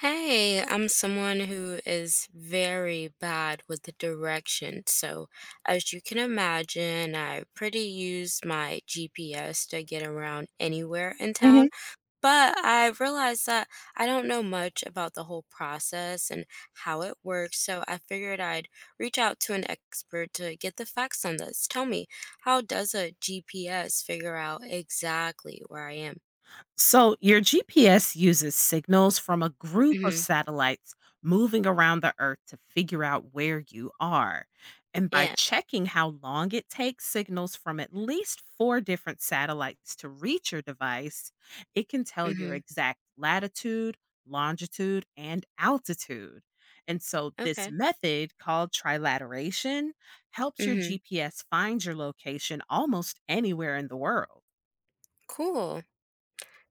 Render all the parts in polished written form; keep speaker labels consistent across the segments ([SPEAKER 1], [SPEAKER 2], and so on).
[SPEAKER 1] Hey, I'm someone who is very bad with the direction. So, as you can imagine, I pretty use my GPS to get around anywhere in
[SPEAKER 2] hmm
[SPEAKER 1] town, but I realized that I don't know much about the whole process and how it works. So, I figured I'd reach out to an expert to get the facts on this. Tell me, how does a GPS figure out exactly where I am?
[SPEAKER 2] So, your GPS uses signals from a group of
[SPEAKER 1] Mm-hmm.
[SPEAKER 2] satellites moving around the Earth to figure out where you are. And by
[SPEAKER 1] Yeah.
[SPEAKER 2] checking how long it takes signals from at least four different satellites to reach your device, it can tell your
[SPEAKER 1] Mm-hmm.
[SPEAKER 2] exact latitude, longitude, and altitude. And so, this
[SPEAKER 1] Okay.
[SPEAKER 2] method called trilateration helps your
[SPEAKER 1] Mm-hmm.
[SPEAKER 2] GPS find your location almost anywhere in the world.
[SPEAKER 1] Cool.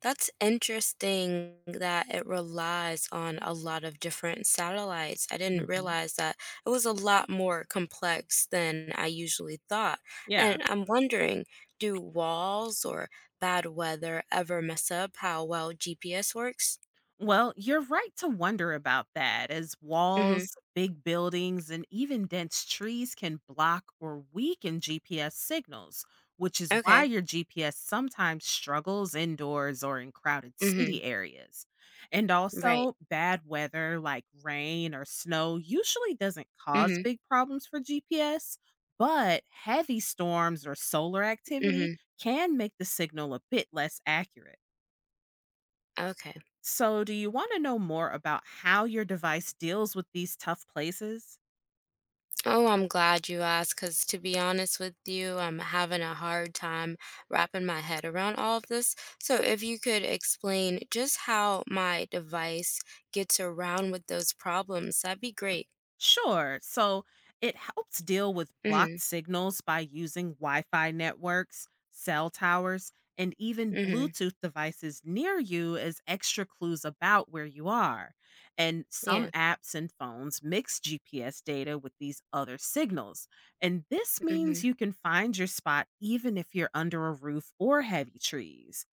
[SPEAKER 1] That's interesting that it relies on a lot of different satellites. I didn't
[SPEAKER 2] Hmm.
[SPEAKER 1] realize that it was a lot more complex than I usually thought.
[SPEAKER 2] Yeah.
[SPEAKER 1] And I'm wondering, do walls or bad weather ever mess up how well GPS works?
[SPEAKER 2] Well, you're right to wonder about that, as
[SPEAKER 1] Mm-hmm.
[SPEAKER 2] walls, big buildings, and even dense trees can block or weaken GPS signals, which is why
[SPEAKER 1] Okay.
[SPEAKER 2] your GPS sometimes struggles indoors or in crowded
[SPEAKER 1] Mm-hmm.
[SPEAKER 2] city areas. And
[SPEAKER 1] Right.
[SPEAKER 2] also, bad weather like rain or snow usually doesn't cause
[SPEAKER 1] Mm-hmm.
[SPEAKER 2] big problems for GPS, but heavy storms or solar
[SPEAKER 1] Mm-hmm.
[SPEAKER 2] activity can make the signal a bit less accurate.
[SPEAKER 1] Okay.
[SPEAKER 2] So, do you want to know more about how your device deals with these tough places?
[SPEAKER 1] Oh, I'm glad you asked because to be honest with you, I'm having a hard time wrapping my head around all of this. So, if you could explain just how my device gets around with those problems, that'd be great.
[SPEAKER 2] Sure. So, it helps deal with blocked
[SPEAKER 1] Mm
[SPEAKER 2] signals by using Wi Fi networks, cell towers, and even
[SPEAKER 1] hmm. Mm
[SPEAKER 2] Bluetooth devices near you as extra clues about where you are. And
[SPEAKER 1] hmm.
[SPEAKER 2] some
[SPEAKER 1] Yeah.
[SPEAKER 2] apps and phones mix GPS data with these other signals. And this
[SPEAKER 1] Mm hmm.
[SPEAKER 2] means you can find your spot even if you're under a roof or heavy trees.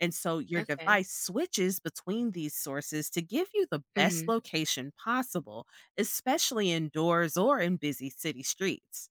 [SPEAKER 2] And so your
[SPEAKER 1] Okay.
[SPEAKER 2] device switches between these sources to give you the
[SPEAKER 1] Mm
[SPEAKER 2] best
[SPEAKER 1] hmm.
[SPEAKER 2] location possible, especially indoors or in busy city streets.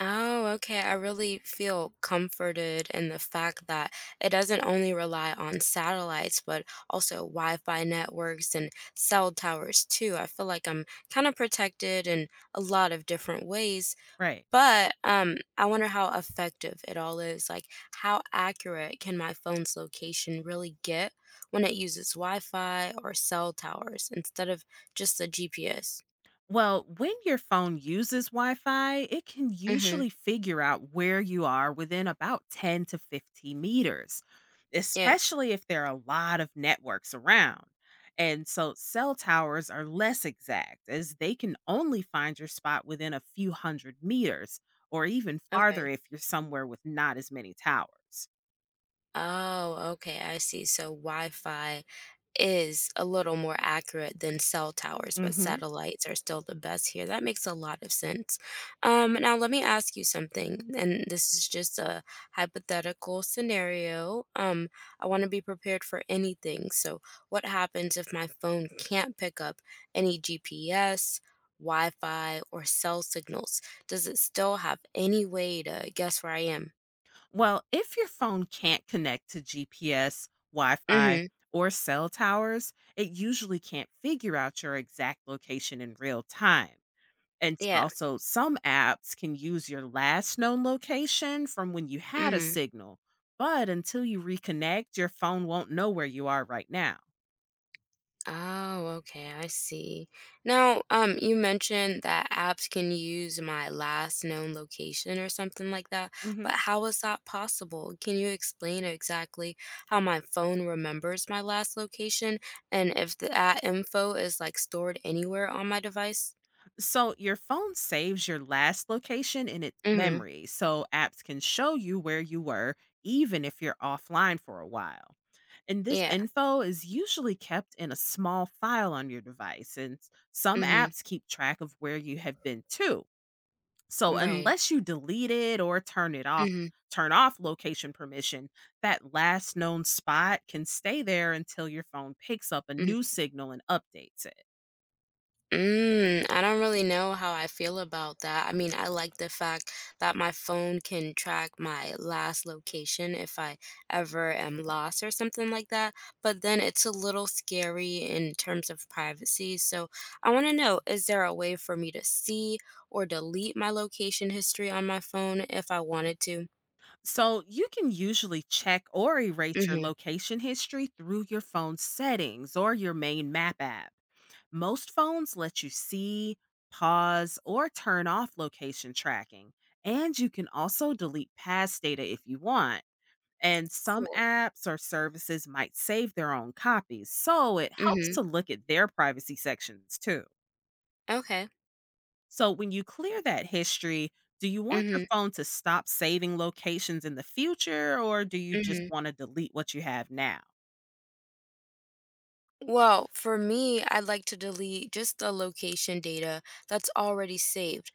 [SPEAKER 1] Oh, okay. I really feel comforted in the fact that it doesn't only rely on satellites, but also Wi-Fi networks and cell towers too. I feel like I'm kind of protected in a lot of different ways,
[SPEAKER 2] Right.
[SPEAKER 1] but I wonder how effective it all is. Like, how accurate can my phone's location really get when it uses Wi-Fi or cell towers instead of just the GPS?
[SPEAKER 2] Well, when your phone uses Wi Fi, it can
[SPEAKER 1] Mm-hmm.
[SPEAKER 2] usually figure out where you are within about 10 to 15 meters,
[SPEAKER 1] Yeah.
[SPEAKER 2] especially if there are a lot of networks around. And so cell towers are less exact, as they can only find your spot within a few hundred meters or even
[SPEAKER 1] Okay.
[SPEAKER 2] farther if you're somewhere with not as many towers.
[SPEAKER 1] Oh, okay, I see. So Wi-Fi is a little more accurate than cell towers, but satellites are still the best here. That makes a lot of sense. Now let me ask you something, and this is just a hypothetical scenario. I want to be prepared for anything. So what happens if my phone can't pick up any GPS, Wi-Fi, or cell signals? Does it still have any way to guess where I am?
[SPEAKER 2] Well, if your phone can't connect to GPS, Wi Fi,
[SPEAKER 1] Mm-hmm.
[SPEAKER 2] or cell towers, it usually can't figure out your exact location in real time. And
[SPEAKER 1] Yeah.
[SPEAKER 2] also, some apps can use your last known location from when you had a
[SPEAKER 1] Mm-hmm.
[SPEAKER 2] signal, but until you reconnect, your phone won't know where you are right now.
[SPEAKER 1] Oh, okay, I see. Now, you mentioned that apps can use my last known location or something like that, but
[SPEAKER 2] hmm
[SPEAKER 1] how is that possible? Can you explain exactly how my phone remembers my last location and if that info is like stored anywhere on my device?
[SPEAKER 2] So, your phone saves your last location in its
[SPEAKER 1] Mm-hmm.
[SPEAKER 2] memory, so apps can show you where you were even if you're offline for a while. And this
[SPEAKER 1] Yeah.
[SPEAKER 2] info is usually kept in a small file on your device, and some
[SPEAKER 1] Mm-hmm.
[SPEAKER 2] apps keep track of where you have been too. So
[SPEAKER 1] Right.
[SPEAKER 2] unless you delete it or turn it off,
[SPEAKER 1] Mm-hmm.
[SPEAKER 2] turn off location permission, that last known spot can stay there until your phone picks up a new signal and updates it.
[SPEAKER 1] Mm, I don't really know how I feel about that. I mean, I like the fact that my phone can track my last location if I ever am lost or something like that, but then it's a little scary in terms of privacy. So I want to know, is there a way for me to see or delete my location history on my phone if I wanted to?
[SPEAKER 2] So you can usually check or erase your
[SPEAKER 1] Mm-hmm.
[SPEAKER 2] location history through your phone's settings or your main map app. Most phones let you see, pause, or turn off location tracking, and you can also delete past data if you want. And some
[SPEAKER 1] Cool.
[SPEAKER 2] apps or services might save their own copies, so it helps
[SPEAKER 1] Mm-hmm.
[SPEAKER 2] to look at their privacy sections too.
[SPEAKER 1] Okay.
[SPEAKER 2] So when you clear that history, do you want your
[SPEAKER 1] Mm-hmm.
[SPEAKER 2] phone to stop saving locations in the future, or do you just
[SPEAKER 1] Mm-hmm.
[SPEAKER 2] want to delete what you have now?
[SPEAKER 1] Well, for me, I'd like to delete just the location data that's already saved,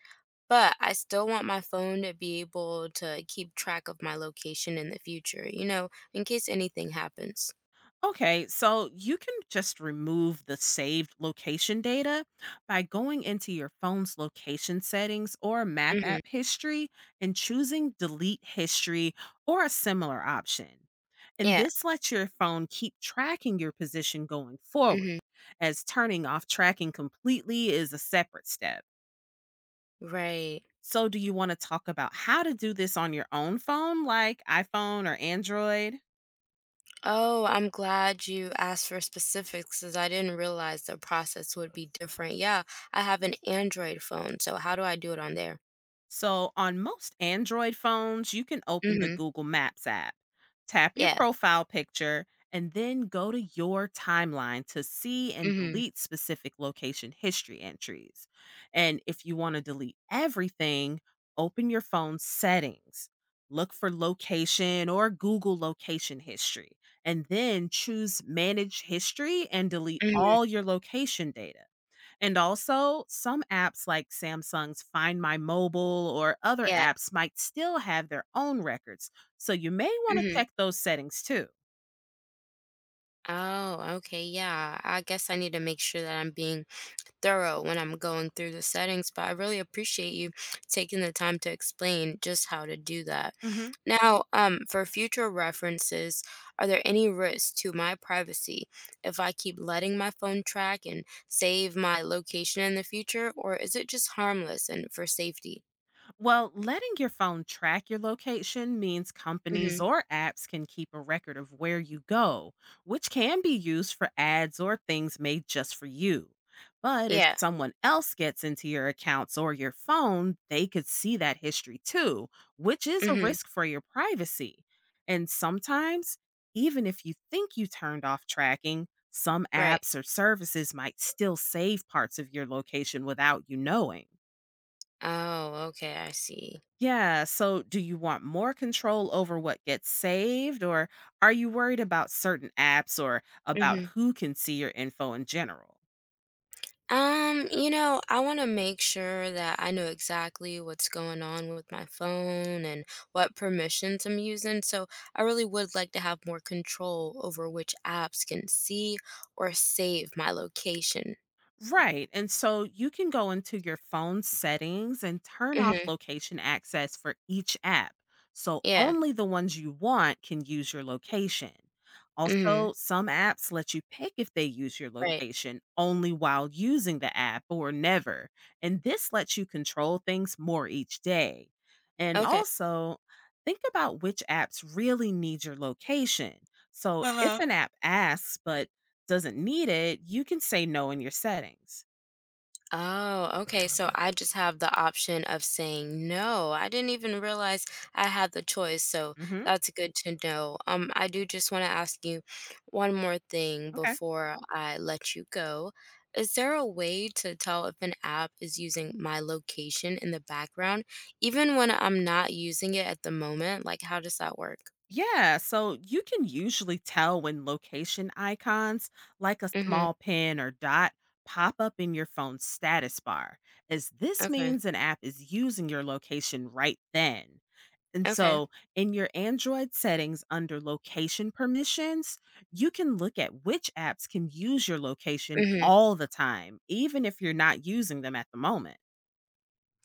[SPEAKER 1] but I still want my phone to be able to keep track of my location in the future, in case anything happens.
[SPEAKER 2] Okay, so you can just remove the saved location data by going into your phone's location settings or map
[SPEAKER 1] Hmm.
[SPEAKER 2] app history and choosing delete history or a similar option. And
[SPEAKER 1] Yeah.
[SPEAKER 2] this lets your phone keep tracking your position going forward,
[SPEAKER 1] Hmm.
[SPEAKER 2] as turning off tracking completely is a separate step.
[SPEAKER 1] Right.
[SPEAKER 2] So, do you want to talk about how to do this on your own phone, like iPhone or Android?
[SPEAKER 1] Oh, I'm glad you asked for specifics because I didn't realize the process would be different. Yeah, I have an Android phone, so how do I do it on there?
[SPEAKER 2] So, on most Android phones, you can open the
[SPEAKER 1] Hmm.
[SPEAKER 2] Google Maps app, tap your
[SPEAKER 1] Yeah.
[SPEAKER 2] profile picture, and then go to your timeline to see and
[SPEAKER 1] Hmm.
[SPEAKER 2] delete specific location history entries. And if you want to delete everything, open your phone's settings. Look for location or Google location history, and then choose manage history and delete
[SPEAKER 1] Hmm.
[SPEAKER 2] all your location data. And also, some apps like Samsung's Find My Mobile or other
[SPEAKER 1] Yeah.
[SPEAKER 2] apps might still have their own records, so you may want to
[SPEAKER 1] Hmm.
[SPEAKER 2] check those settings too.
[SPEAKER 1] Oh, okay. Yeah. I guess I need to make sure that I'm being thorough when I'm going through the settings, but I really appreciate you taking the time to explain just how to do that.
[SPEAKER 2] Mhm.
[SPEAKER 1] Now, for future references, are there any risks to my privacy if I keep letting my phone track and save my location in the future, or is it just harmless and for safety?
[SPEAKER 2] Well, letting your phone track your location means
[SPEAKER 1] Mm-hmm.
[SPEAKER 2] companies or apps can keep a record of where you go, which can be used for ads or things made just for you. But if
[SPEAKER 1] Yeah.
[SPEAKER 2] someone else gets into your accounts or your phone, they could see that history too, which is a
[SPEAKER 1] Mm-hmm.
[SPEAKER 2] risk for your privacy. And sometimes, even if you think you turned off tracking, some
[SPEAKER 1] Right.
[SPEAKER 2] apps or services might still save parts of your location without you knowing.
[SPEAKER 1] Oh, okay. I see.
[SPEAKER 2] Yeah. So, do you want more control over what gets saved, or are you worried about certain apps or about
[SPEAKER 1] Mm-hmm.
[SPEAKER 2] who can see your info in general?
[SPEAKER 1] You know, I want to make sure that I know exactly what's going on with my phone and what permissions I'm using. So I really would like to have more control over which apps can see or save my location.
[SPEAKER 2] Right. And so you can go into your phone settings and turn off
[SPEAKER 1] Mm-hmm.
[SPEAKER 2] location access for each app. So
[SPEAKER 1] Yeah.
[SPEAKER 2] only the ones you want can use your location.
[SPEAKER 1] Mm-hmm.
[SPEAKER 2] Also, some apps let you pick if they use your
[SPEAKER 1] Right.
[SPEAKER 2] location only while using the app or never. And this lets you control things more each day. And
[SPEAKER 1] Okay.
[SPEAKER 2] also, think about which apps really need your location. So if an app asks, but doesn't need it, you can say no in your settings.
[SPEAKER 1] Oh, okay. So I just have the option of saying no. I didn't even realize I had the choice. So
[SPEAKER 2] hmm
[SPEAKER 1] that's good to know. I do just want to ask you one more thing
[SPEAKER 2] Okay.
[SPEAKER 1] before I let you go. Is there a way to tell if an app is using my location in the background, even when I'm not using it at the moment? Like, how does that work?
[SPEAKER 2] Yeah, so you can usually tell when location icons like a
[SPEAKER 1] Mm-hmm.
[SPEAKER 2] small pin or dot pop up in your phone's status bar, as this
[SPEAKER 1] Okay.
[SPEAKER 2] means an app is using your location right then. And
[SPEAKER 1] Okay.
[SPEAKER 2] so in your Android settings under location permissions, you can look at which apps can use your location
[SPEAKER 1] Mm-hmm.
[SPEAKER 2] all the time, even if you're not using them at the moment.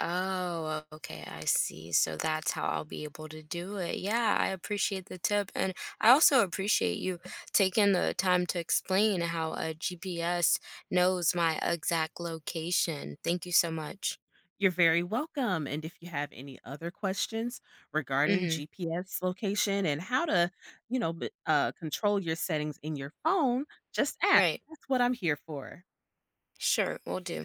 [SPEAKER 1] Oh, okay, I see. So that's how I'll be able to do it. Yeah, I appreciate the tip. And I also appreciate you taking the time to explain how a GPS knows my exact location. Thank you so much.
[SPEAKER 2] You're very welcome. And if you have any other questions regarding
[SPEAKER 1] Mm-hmm.
[SPEAKER 2] GPS location and how to, control your settings in your phone, just ask.
[SPEAKER 1] Right.
[SPEAKER 2] That's what I'm here for.
[SPEAKER 1] Sure, we'll do.